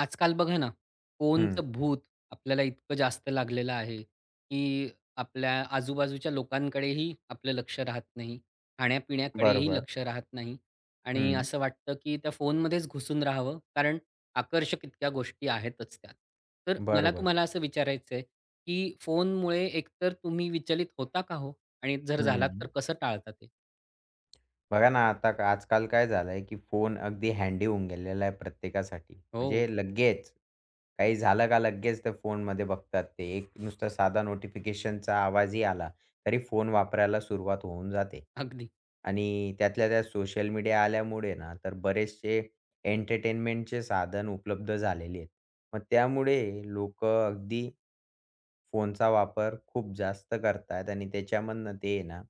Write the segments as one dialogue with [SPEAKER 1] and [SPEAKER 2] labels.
[SPEAKER 1] आजकाल बघा ना,
[SPEAKER 2] हं.
[SPEAKER 1] फोनचं भूत आपल्याला इतकं जास्त लागलेलं आहे, की आपल्या आजूबाजूच्या लोकांकडेही आपलं लक्ष राहत नाही. खाण्यापिण्याकडेही
[SPEAKER 2] बरोबर.
[SPEAKER 1] लक्ष राहत नाही आणि
[SPEAKER 2] हं.
[SPEAKER 1] असं वाटतं, की त्या फोनमध्येच घुसून राहावं, कारण आकर्षक इतक्या गोष्टी आहेतच त्यात. तर मला
[SPEAKER 2] बरोबर.
[SPEAKER 1] तुम्हाला असं विचारायचं आहे, की फोनमुळे एकतर तुम्ही विचलित होता का हो? आणि जर झालात तर
[SPEAKER 2] हं.
[SPEAKER 1] कसं टाळता ते?
[SPEAKER 2] बघा ना, आता आजकाल काय झालंय, की फोन अगदी हँडी होऊन गेलेला आहे प्रत्येकासाठी.
[SPEAKER 1] हो,
[SPEAKER 2] म्हणजे लगेच काही झालं का लगेच ते फोनमध्ये बघतात ते. एक नुसता साधा नोटिफिकेशनचा आवाजही आला, तरी फोन वापरायला सुरुवात होऊन जाते.
[SPEAKER 1] अगदी.
[SPEAKER 2] आणि त्यातल्या त्यात सोशल मीडिया आल्यामुळे ना, तर बरेचसे एंटरटेनमेंटचे साधन उपलब्ध झालेले आहेत. मग त्यामुळे लोकं अगदी फोनचा वापर खूप जास्त करतायत आणि त्याच्यामधनं ते आहे ना,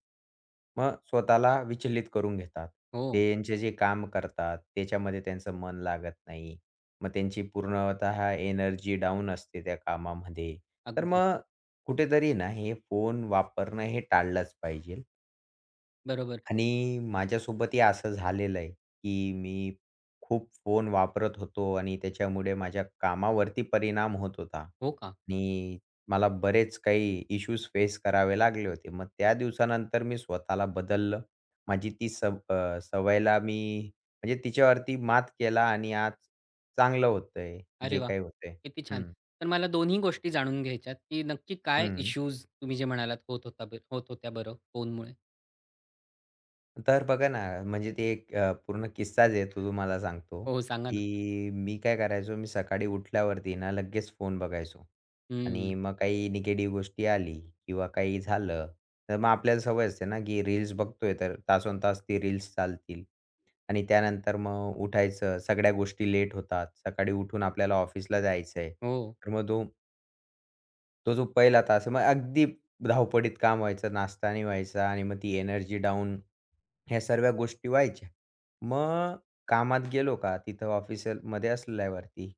[SPEAKER 2] मग स्वतःला विचलित करून घेतात.
[SPEAKER 1] हो,
[SPEAKER 2] त्यांचे जे काम करतात, त्याच्यामध्ये त्यांचं मन लागत नाही. मग त्यांची पूर्णतः एनर्जी डाउन असते त्या कामामध्ये. तर
[SPEAKER 1] अगदी.
[SPEAKER 2] मग कुठेतरी ना, हे फोन वापरणं हे टाळलंच पाहिजे.
[SPEAKER 1] बरोबर.
[SPEAKER 2] आणि माझ्यासोबतही असं झालेलं आहे, की मी खूप फोन वापरत होतो आणि त्याच्यामुळे माझ्या कामावरती परिणाम होत होता
[SPEAKER 1] हो का?
[SPEAKER 2] आणि मला बरेच काही इश्यूज फेस करावे लागले होते. मग त्या दिवसानंतर मी स्वतःला बदललं. माझी ती सवयला मी म्हणजे तिच्यावरती मात केला आणि आज चांगलं होतंय,
[SPEAKER 1] अरे
[SPEAKER 2] जे
[SPEAKER 1] वाह!
[SPEAKER 2] काही होतंय.
[SPEAKER 1] किती छान.
[SPEAKER 2] हं,
[SPEAKER 1] तर मला दोन्ही गोष्टी जाणून घ्यायच्यात, की नक्की काय
[SPEAKER 2] हं.
[SPEAKER 1] इश्यूज तुम्ही जे म्हणालात होत होता होत होत्या बरं फोनमुळे?
[SPEAKER 2] तर बघा ना, म्हणजे ते पूर्ण किस्साच आहे तो तुम्हाला सांगतो,
[SPEAKER 1] हो, सांगा ना.
[SPEAKER 2] की मी काय करायचो, मी सकाळी उठल्यावरती ना लगेच फोन बघायचो
[SPEAKER 1] हं.
[SPEAKER 2] आणि मग काही निगेटिव्ह गोष्टी आली किंवा काही झालं, तर मग आपल्याला सवय असते ना, की रील्स बघतोय तर तासनतास ती रील्स चालतील आणि त्यानंतर मग उठायचं, सगळ्या गोष्टी लेट होतात. सकाळी उठून आपल्याला ऑफिसला जायचंय.
[SPEAKER 1] हो.
[SPEAKER 2] तर मग तो तो जो पहिला तास आहे, मग अगदी धावपळीत काम व्हायचं, नाश्ता नाही व्हायचा आणि मग ती एनर्जी डाऊन ह्या सर्व्या गोष्टी व्हायच्या. मग कामात गेलो का, तिथं ऑफिसमध्ये असल्यावरती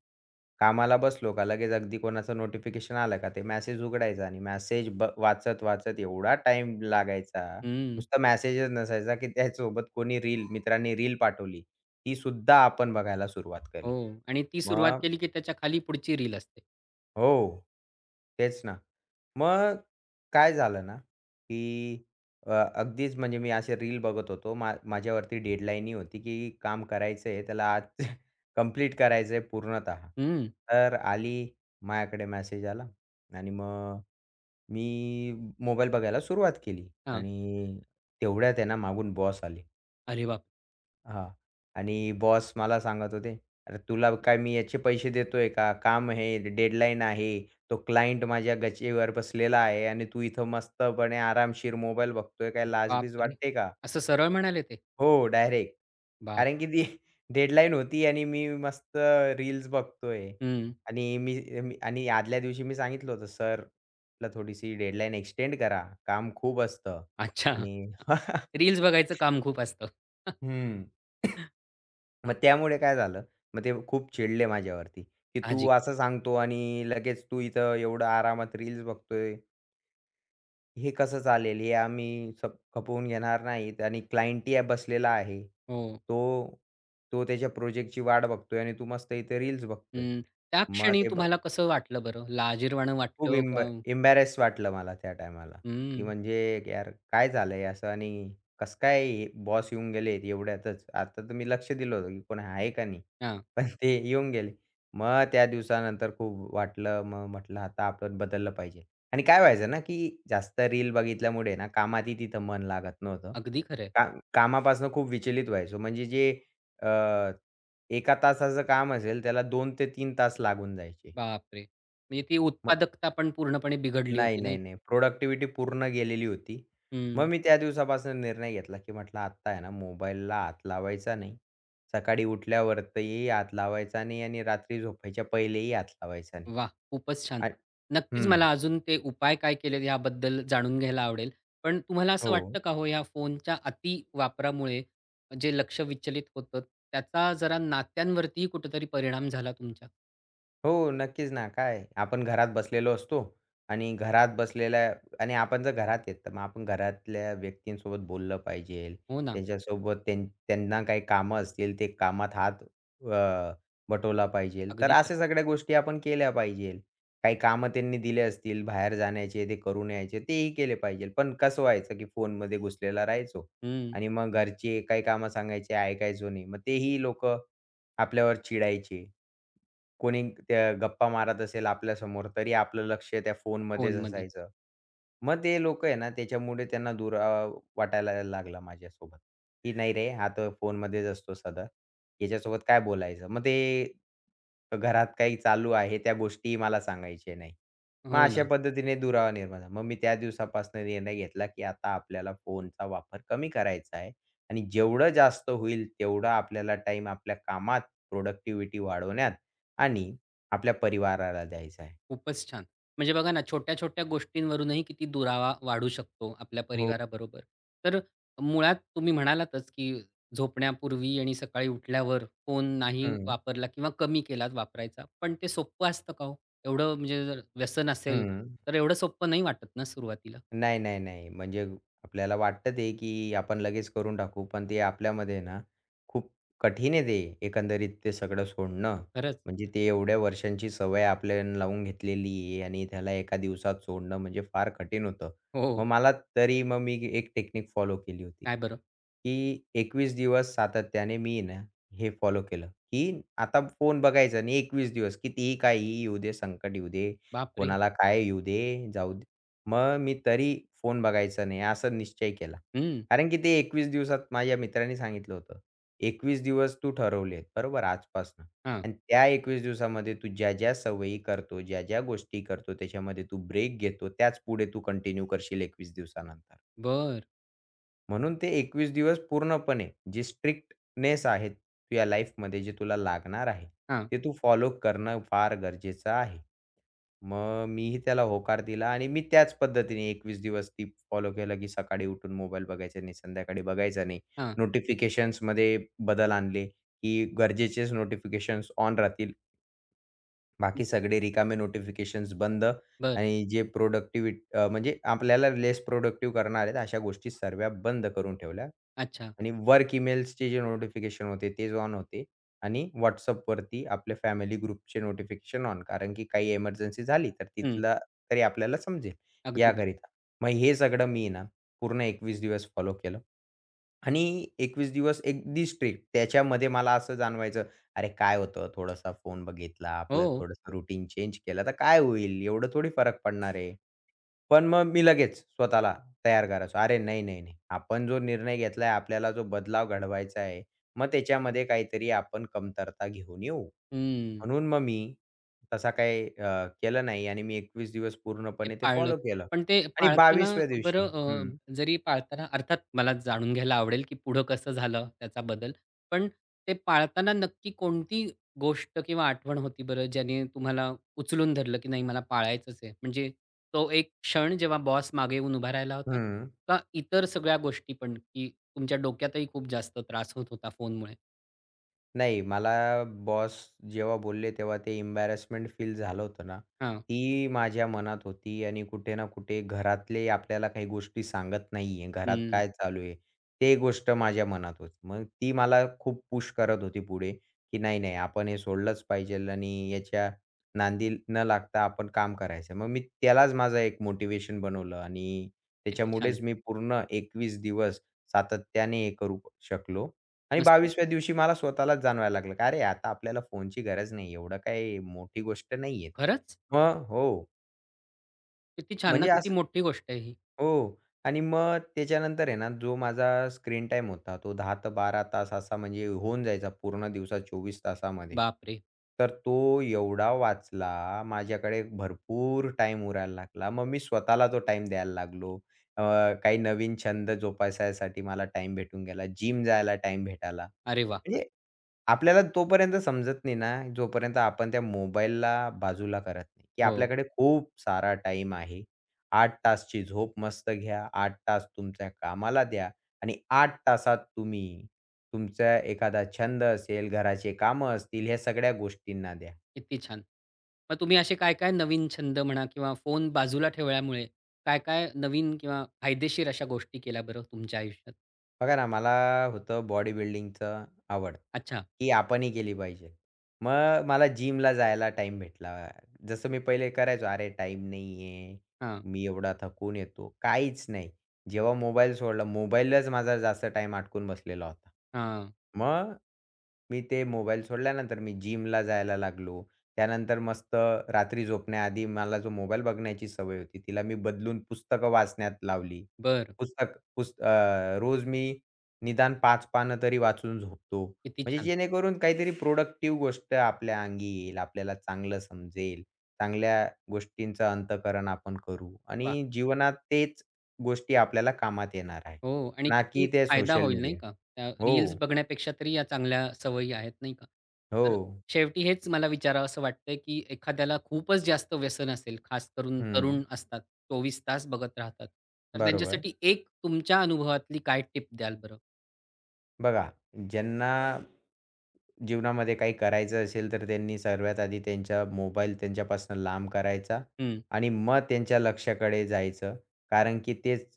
[SPEAKER 2] कामाला बसलो का, लगेच अगदी कोणाचं नोटिफिकेशन आलं का, ते मेसेज उघडायचा आणि मेसेज ब वाचत-वाचत एवढा टाईम लागायचा.
[SPEAKER 1] हं.
[SPEAKER 2] नुसता मेसेजच नसायचा, की त्यासोबत कोणी मित्रांनी रील पाठवली, ती सुद्धा आपण बघायला सुरुवात
[SPEAKER 1] हो.
[SPEAKER 2] केली.
[SPEAKER 1] आणि ती सुरुवात
[SPEAKER 2] मग
[SPEAKER 1] केली, की त्याच्या खाली पुढची रील असते.
[SPEAKER 2] हो. तेच ना. मग काय झालं ना, की अगदीच म्हणजे मी असे रील बघत होतो. माझ्यावरती डेडलाईन होती, की काम करायचं आहे, त्याला आज कंप्लीट करायचं आहे पूर्णतः.
[SPEAKER 1] हं.
[SPEAKER 2] तर आली माझ्याकडे मेसेज आला आणि मग मी मोबाईल बघायला सुरुवात केली
[SPEAKER 1] हां.
[SPEAKER 2] आणि तेवढ्यात आहे ना मागून बॉस आले.
[SPEAKER 1] अरे बाप!
[SPEAKER 2] हां. आणि बॉस मला सांगत होते, "अरे तुला काय मी याचे पैसे देतोय का? काम आहे, डेडलाईन आहे. तो क्लायंट माझ्या गचेवर बसलेला आहे आणि तू इथं मस्तपणे आरामशीर मोबाईल बघतोय. काय लाजबीज
[SPEAKER 1] बापरे!
[SPEAKER 2] वाटते का?"
[SPEAKER 1] असं सरळ म्हणाले ते?
[SPEAKER 2] हो, डायरेक्ट.
[SPEAKER 1] बाप!
[SPEAKER 2] कारण की ती डेडलाईन होती आणि मी मस्त रील्स बघतोय.
[SPEAKER 1] हं.
[SPEAKER 2] आणि मी मी आणि आदल्या दिवशी मी सांगितलं होतं, "सरला थोडीशी डेडलाईन एक्सटेंड करा. काम खूप असतं."
[SPEAKER 1] अच्छा.
[SPEAKER 2] आणि
[SPEAKER 1] रील्स बघायचं काम खूप असतं.
[SPEAKER 2] हं. मग त्यामुळे काय झालं, मग ते खूप चिडले माझ्यावरती, की "तू
[SPEAKER 1] साहजिक.
[SPEAKER 2] असं सांगतो आणि लगेच तू इथं एवढं आरामात रील्स बघतोय. हे कसं चालेल? हे आम्ही सप खपवून घेणार नाहीत आणि क्लायंटही बसलेला आहे.
[SPEAKER 1] हो.
[SPEAKER 2] तो तो त्याच्या प्रोजेक्टची वाट बघतोय आणि तू मस्त इथे रील्स बघतोय."
[SPEAKER 1] हं. त्या
[SPEAKER 2] मग
[SPEAKER 1] क्षणी
[SPEAKER 2] ते
[SPEAKER 1] तुम्हाला कसं वाटलं बरं? लाजिरवाणं
[SPEAKER 2] खूप
[SPEAKER 1] वाटलं
[SPEAKER 2] इम्ब
[SPEAKER 1] का?
[SPEAKER 2] एम्बॅरेस वाटलं मला त्या टायमाला, की
[SPEAKER 1] हं.
[SPEAKER 2] म्हणजे यार काय झालंय असं आणि कसं काय बॉस येऊन गेलेत एवढ्यातच. आता तर मी लक्ष दिलं होतं, की कोण आहे का नाही?
[SPEAKER 1] हां.
[SPEAKER 2] पण ते येऊन गेले. मग त्या दिवसानंतर खूप वाटलं. मग म्हटलं आता आपण बदललं पाहिजे. आणि काय व्हायचं ना, की जास्त रील बघितल्यामुळे ना कामातही तिथं मन लागत नव्हतं.
[SPEAKER 1] अगदी खरं.
[SPEAKER 2] काम कामापासून खूप विचलित व्हायचो. म्हणजे अ, 1 तासाचं काम असेल त्याला 2 ते 3 तास लागून जायचे.
[SPEAKER 1] बापरे! म्हणजे ती उत्पादकता पण पूर्णपणे बिघडली
[SPEAKER 2] नाही,
[SPEAKER 1] होती नाही
[SPEAKER 2] नाही,
[SPEAKER 1] का?
[SPEAKER 2] नाही. प्रोडक्टिव्हिटी पूर्ण गेलेली होती. मग
[SPEAKER 1] हं.
[SPEAKER 2] मी त्या दिवसापासून निर्णय घेतला, की म्हटलं आत्ता आहे ना मोबाईलला हात लावायचा नाही. सकाळी उठल्यावरती हात लावायचा नाही आणि रात्री झोपायच्या पहिलेही हात लावायचा नाही.
[SPEAKER 1] वाह! खूपच छान.
[SPEAKER 2] आणि
[SPEAKER 1] नक्कीच
[SPEAKER 2] हं.
[SPEAKER 1] मला अजून ते उपाय काय केलेत याबद्दल जाणून घ्यायला आवडेल. पण तुम्हाला असं
[SPEAKER 2] हो.
[SPEAKER 1] वाटतं का हो या फोनच्या अति वापरामुळे जे लक्ष विचलित होतं त्याचा जरा नात्यांवरतीही कुठेतरी परिणाम झाला तुमच्या?
[SPEAKER 2] हो, नक्कीच ना. काय आपण घरात बसलेलो असतो आणि घरात बसलेल्या आणि आपण जर घरात आहेत, तर मग आपण घरातल्या व्यक्तींसोबत बोललं पाहिजे.
[SPEAKER 1] हो ना.
[SPEAKER 2] त्यांच्यासोबत त्यां त्यांना काही कामं असतील, ते कामात अ, बटवला पाहिजे. तर
[SPEAKER 1] अगदी
[SPEAKER 2] अशा
[SPEAKER 1] खरं.
[SPEAKER 2] सगळ्या गोष्टी आपण केल्या पाहिजे. काही कामं त्यांनी दिले असतील, बाहेर जाण्याचे, ते करून यायचे, तेही केले पाहिजे. पण कसं व्हायचं, की फोनमध्ये घुसलेला राहायचो
[SPEAKER 1] हं.
[SPEAKER 2] आणि मग घरचे काही कामं सांगायचे, ऐकायचो नाही. मग तेही लोकं आपल्यावर चिडायचे. कोणी त्या गप्पा मारत असेल आपल्यासमोर, तरी आपलं लक्ष त्या फोनमध्येच
[SPEAKER 1] फोनमध्ये.
[SPEAKER 2] असायचं. मग ते लोकं आहे ना, त्याच्यामुळे त्यांना दुरावा वाटायला लागला माझ्यासोबत, की "नाही रे, हा तर फोनमध्येच असतो सदा. याच्यासोबत काय बोलायचं?" मग ते घरात काही चालू आहे, त्या गोष्टीही मला सांगायच्या नाही. मग
[SPEAKER 1] हो ना.
[SPEAKER 2] अशा पद्धतीने दुरावा निर्माण झाला. मग मी त्या दिवसापासून निर्णय घेतला, की आता आपल्याला फोनचा वापर कमी करायचा आहे आणि जेवढं जास्त होईल, तेवढा आपल्याला टाईम आपल्या कामात, प्रोडक्टिव्हिटी वाढवण्यात आणि आपल्या परिवाराला द्यायचा आहे.
[SPEAKER 1] खूपच छान. म्हणजे बघा ना, छोट्या-छोट्या गोष्टींवरूनही किती दुरावा वाढू शकतो आपल्या
[SPEAKER 2] हो.
[SPEAKER 1] परिवाराबरोबर. तर मुळात तुम्ही म्हणालातच, की झोपण्यापूर्वी आणि सकाळी उठल्यावर फोन नाही
[SPEAKER 2] हं,
[SPEAKER 1] वापरला किंवा कमी केलात वापरायचा. पण ते सोपं असतं का हो? एवढं म्हणजे जर व्यसन असेल,
[SPEAKER 2] हं.
[SPEAKER 1] तर एवढं सोपं नाही वाटत ना सुरुवातीला.
[SPEAKER 2] नाही, नाही, नाही. म्हणजे आपल्याला वाटतं ते, की आपण लगेच करून टाकू, पण ते आपल्यामध्ये ना, खूप कठीण आहे ते एकंदरीत ते सगळं सोडणं.
[SPEAKER 1] खरंच.
[SPEAKER 2] म्हणजे ते एवढ्या वर्षांची सवय आपल्याला लावून घेतलेली आहे आणि त्याला एका दिवसात सोडणं म्हणजे फार कठीण होतं.
[SPEAKER 1] हो.
[SPEAKER 2] मग मला तरी मग मी एक टेक्निक फॉलो केली होती,
[SPEAKER 1] काय बरं?
[SPEAKER 2] की 21 दिवस सातत्याने मी ना, हे फॉलो केलं, की आता फोन बघायचा नाही 21 दिवस. कितीही, काहीही येऊ दे, संकट येऊ दे,
[SPEAKER 1] बापरे!
[SPEAKER 2] कोणाला काय येऊ दे, जाऊ दे, मग मी तरी फोन बघायचा नाही, असा निश्चय केला.
[SPEAKER 1] हं.
[SPEAKER 2] कारण की ते 21 दिवसात माझ्या मित्राने सांगितलं होतं. 21 दिवस तू ठरवलेत, बरोबर आजपासनं
[SPEAKER 1] हां.
[SPEAKER 2] आणि त्या 21 दिवसामध्ये तू ज्या-ज्या सवयी करतो, ज्या-ज्या गोष्टी करतो, त्याच्यामध्ये तू ब्रेक घेतो, त्याच पुढे तू कंटिन्यू करशील 21 दिवसानंतर.
[SPEAKER 1] बरं.
[SPEAKER 2] म्हणून ते 21 दिवस पूर्णपणे जी स्ट्रिक्टनेस आहे तुझ्या लाईफमध्ये, जे तुला लागणार आहे,
[SPEAKER 1] हां,
[SPEAKER 2] ते तू फॉलो करणं फार गरजेचं आहे. मग मीही त्याला होकार दिला आणि मी त्याच पद्धतीने 21 दिवस ती फॉलो केलं, की सकाळी उठून मोबाईल बघायचा नाही, संध्याकाळी बघायचा नाही.
[SPEAKER 1] हां.
[SPEAKER 2] नोटिफिकेशन्समध्ये बदल आणले, की गरजेचेच नोटिफिकेशन्स ऑन राहतील बाकी सगळे रिकामे नोटिफिकेशन्स बंद
[SPEAKER 1] बरं.
[SPEAKER 2] आणि जे म्हणजे आपल्याला लेस प्रोडक्टिव्ह करणार आहेत अशा गोष्टी सर्व्या बंद करून ठेवल्या
[SPEAKER 1] अच्छा.
[SPEAKER 2] आणि वर्क ईमेल्सचे जे नोटिफिकेशन होते तेच ऑन होते आणि WhatsAppवरती आपले फॅमिली ग्रुपचे नोटिफिकेशन ऑन. कारण की काही एमर्जन्सी झाली तर
[SPEAKER 1] हं.
[SPEAKER 2] तिथला तरी आपल्याला समजेल
[SPEAKER 1] अगदी बरोबर.
[SPEAKER 2] याकरिता. मग हे सगळं मी ना पूर्ण 21 दिवस फॉलो केलं आणि 21 दिवस अगदी स्ट्रिक्ट. त्याच्यामध्ये मला असं जाणवायचं अरे काय होतं, थोडासा फोन बघितला,
[SPEAKER 1] हो.
[SPEAKER 2] आपलं थोडंसं रुटीन चेंज केलं, तर काय होईल? एवढं थोडी फरक पडणार आहे. पण मग मी लगेच स्वतःला तयार करायचो. अरे नाही, नाही, नाही. आपण जो निर्णय घेतलाय, आपल्याला जो बदलाव घडवायचा आहे, मग त्याच्यामध्ये काहीतरी आपण कमतरता घेऊन येऊ.
[SPEAKER 1] हं.
[SPEAKER 2] म्हणून मग मी केलं नाही आणि मी 21 दिवस
[SPEAKER 1] ते
[SPEAKER 2] पूर्णपणे ते
[SPEAKER 1] पाळलंत.
[SPEAKER 2] फॉलो केलं
[SPEAKER 1] पण ते
[SPEAKER 2] आणि
[SPEAKER 1] पाळताना
[SPEAKER 2] 22व्या दिवशी
[SPEAKER 1] बरं
[SPEAKER 2] हं,
[SPEAKER 1] जरी पाळताना अर्थात मला जाणून घ्यायला आवडेल, की पुढं कसं झालं त्याचा बदल. पण ते पाळताना नक्की कोणती गोष्ट किंवा आठवण होती बरं, ज्याने तुम्हाला उचलून धरलं, की नाही मला पाळायचंच आहे? म्हणजे तो एक क्षण जेव्हा बॉस मागे येऊन उभा राहिला होता?
[SPEAKER 2] हं.
[SPEAKER 1] का इतर सगळ्या गोष्टी पण, की तुमच्या डोक्यातही खूप जास्त त्रास होत होता फोनमुळे?
[SPEAKER 2] नाही, मला बॉस जेव्हा बोलले तेव्हा ते एम्बॅरसमेंट फील झालं होतं ना,
[SPEAKER 1] हां.
[SPEAKER 2] ती माझ्या मनात होती आणि कुठे ना कुठे घरातले आपल्याला काही गोष्टी सांगत नाहीये, घरात
[SPEAKER 1] हं.
[SPEAKER 2] काय चालू आहे, ते गोष्ट माझ्या मनात होती. मग ती मला खूप पुश करत होती पुढे, की नाही, नाही आपण हे सोडलंच पाहिजे आणि याच्या नांदी न लागता आपण काम करायचं. मग मी त्यालाच माझं एक मोटिव्हेशन बनवलं आणि
[SPEAKER 1] किती छान.
[SPEAKER 2] त्याच्यामुळेच मी पूर्ण 21 दिवस सातत्याने हे करू शकलो आणि
[SPEAKER 1] मस्त.
[SPEAKER 2] 22व्या दिवशी मला स्वतःलाच जाणवायला लागलं, का "अरे, आता आपल्याला फोनची गरज नाही. एवढं काही मोठी गोष्ट नाहीये."
[SPEAKER 1] खरंच?
[SPEAKER 2] मग हो,
[SPEAKER 1] किती छान ना,
[SPEAKER 2] म्हणजे
[SPEAKER 1] किती
[SPEAKER 2] असं
[SPEAKER 1] मोठी गोष्ट आहे ही.
[SPEAKER 2] हो. आणि मग त्याच्यानंतर आहे ना, जो माझा स्क्रीन टाईम होता, तो 10 ते 12 तास असा म्हणजे होऊन जायचा पूर्ण दिवसात 24 तासामध्ये.
[SPEAKER 1] बापरे!
[SPEAKER 2] तर तो एवढा वाचला, माझ्याकडे भरपूर टाईम उरायला लागला. मग मी स्वतःला तो टाईम द्यायला लागलो. अ, काही नवीन छंद जोपासायसाठी मला टाईम भेटून गेला. जिम जायला टाईम भेटायला.
[SPEAKER 1] अरे वाह!
[SPEAKER 2] म्हणजे आपल्याला तोपर्यंत समजत नाही ना, जोपर्यंत आपण त्या मोबाईलला बाजूला करत नाही, की
[SPEAKER 1] हो.
[SPEAKER 2] आपल्याकडे खूप सारा टाईम आहे. 8 तासची झोप मस्त घ्या, 8 तास तुमच्या कामाला द्या आणि 8 तासात तुम्ही तुमचा एखादा छंद असेल, घराचे कामं असतील, ह्या सगळ्या गोष्टींना द्या.
[SPEAKER 1] किती छान! मग तुम्ही असे काय-काय नवीन छंद म्हणा किंवा फोन बाजूला ठेवल्यामुळे काय-काय नवीन किंवा फायदेशीर अशा गोष्टी केल्या बरं तुमच्या आयुष्यात?
[SPEAKER 2] बघा ना, मला होतं बॉडी बिल्डिंगचं आवड,
[SPEAKER 1] अच्छा.
[SPEAKER 2] की आपणही केली पाहिजे. मग मला जिमला जायला टाईम भेटला. जसं मी पहिले करायचो, "अरे टाईम नाही आहे,
[SPEAKER 1] हां,
[SPEAKER 2] मी एवढा थकून येतो." काहीच नाही. जेव्हा मोबाईल सोडला, मोबाईललाच माझा जास्त टाईम अटकून बसलेला होता.
[SPEAKER 1] हां.
[SPEAKER 2] मग मी ते मोबाईल सोडल्यानंतर मी जिमला जायला लागलो. त्यानंतर मस्त रात्री झोपण्याआधी मला जो मोबाईल बघण्याची सवय होती, तिला मी बदलून पुस्तकं वाचण्यात लावली.
[SPEAKER 1] बरं.
[SPEAKER 2] रोज मी निदान पाच पानं तरी वाचून झोपतो.
[SPEAKER 1] किती
[SPEAKER 2] म्हणजे
[SPEAKER 1] छान.
[SPEAKER 2] जेणेकरून काहीतरी प्रोडक्टिव्ह गोष्ट आपल्या अंगी येईल, आपल्याला चांगलं समजेल, चांगल्या गोष्टींचं अंतःकरण आपण करू
[SPEAKER 1] वाह!
[SPEAKER 2] आणि जीवनात तेच गोष्टी आपल्याला कामात येणार आहे.
[SPEAKER 1] हो आणि
[SPEAKER 2] ना की
[SPEAKER 1] किती
[SPEAKER 2] ते
[SPEAKER 1] फायदा
[SPEAKER 2] सोशल
[SPEAKER 1] होईल नाही
[SPEAKER 2] मीडिया.
[SPEAKER 1] का? त्या रील्स
[SPEAKER 2] हो,
[SPEAKER 1] बघण्यापेक्षा तरी या चांगल्या सवयी आहेत नाही का?
[SPEAKER 2] हो.
[SPEAKER 1] तर शेवटी हेच मला विचारावसं वाटतंय, की एखाद्याला खूपच जास्त व्यसन असेल, खास करून तरुण
[SPEAKER 2] हं.
[SPEAKER 1] असतात, 24 तास बघत राहतात. तर
[SPEAKER 2] बरोबर.
[SPEAKER 1] त्यांच्यासाठी एक तुमच्या अनुभवातली काय टिप द्याल बरं?
[SPEAKER 2] बघा, ज्यांना जीवनामध्ये काही करायचं असेल, तर त्यांनी सर्वात आधी त्यांचा मोबाईल त्यांच्यापासून लांब करायचा
[SPEAKER 1] हं,
[SPEAKER 2] आणि मग त्यांच्या लक्ष्याकडे जायचं. कारण की तेच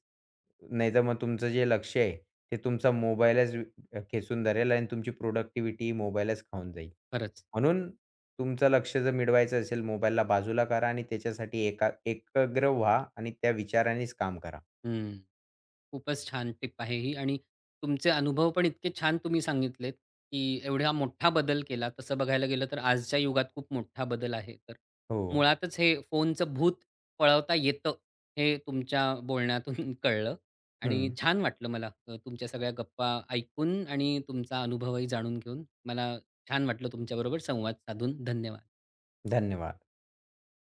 [SPEAKER 2] नाहीतर मग तुमचं जे लक्ष आहे, ते तुमचा खेचून धरेल आणि तुमची प्रोडक्टिव्हिटी मोबाईलच खाऊन जाईल.
[SPEAKER 1] खरंच.
[SPEAKER 2] म्हणून तुमचं लक्ष जर मिळवायचं असेल, मोबाईलला बाजूला करा आणि त्याच्यासाठी एकाग्र व्हा आणि त्या विचारानेच काम करा.
[SPEAKER 1] हं. खूपच छान टिप आहे ही आणि तुमचे अनुभव पण इतके छान तुम्ही सांगितलेत, की एवढा मोठा बदल केला. तसं बघायला गेलं तर आजच्या युगात खूप मोठा बदल आहे. तर
[SPEAKER 2] हो.
[SPEAKER 1] मुळातच हे फोनचं भूत पळवता येतं, हे तुमच्या बोलण्यातून कळलं आणि
[SPEAKER 2] हं.
[SPEAKER 1] छान वाटलं मला तुमच्या सगळ्या गप्पा ऐकून आणि तुमचा अनुभवही जाणून घेऊन. मला छान वाटलं तुमच्याबरोबर संवाद साधून. धन्यवाद.
[SPEAKER 2] धन्यवाद.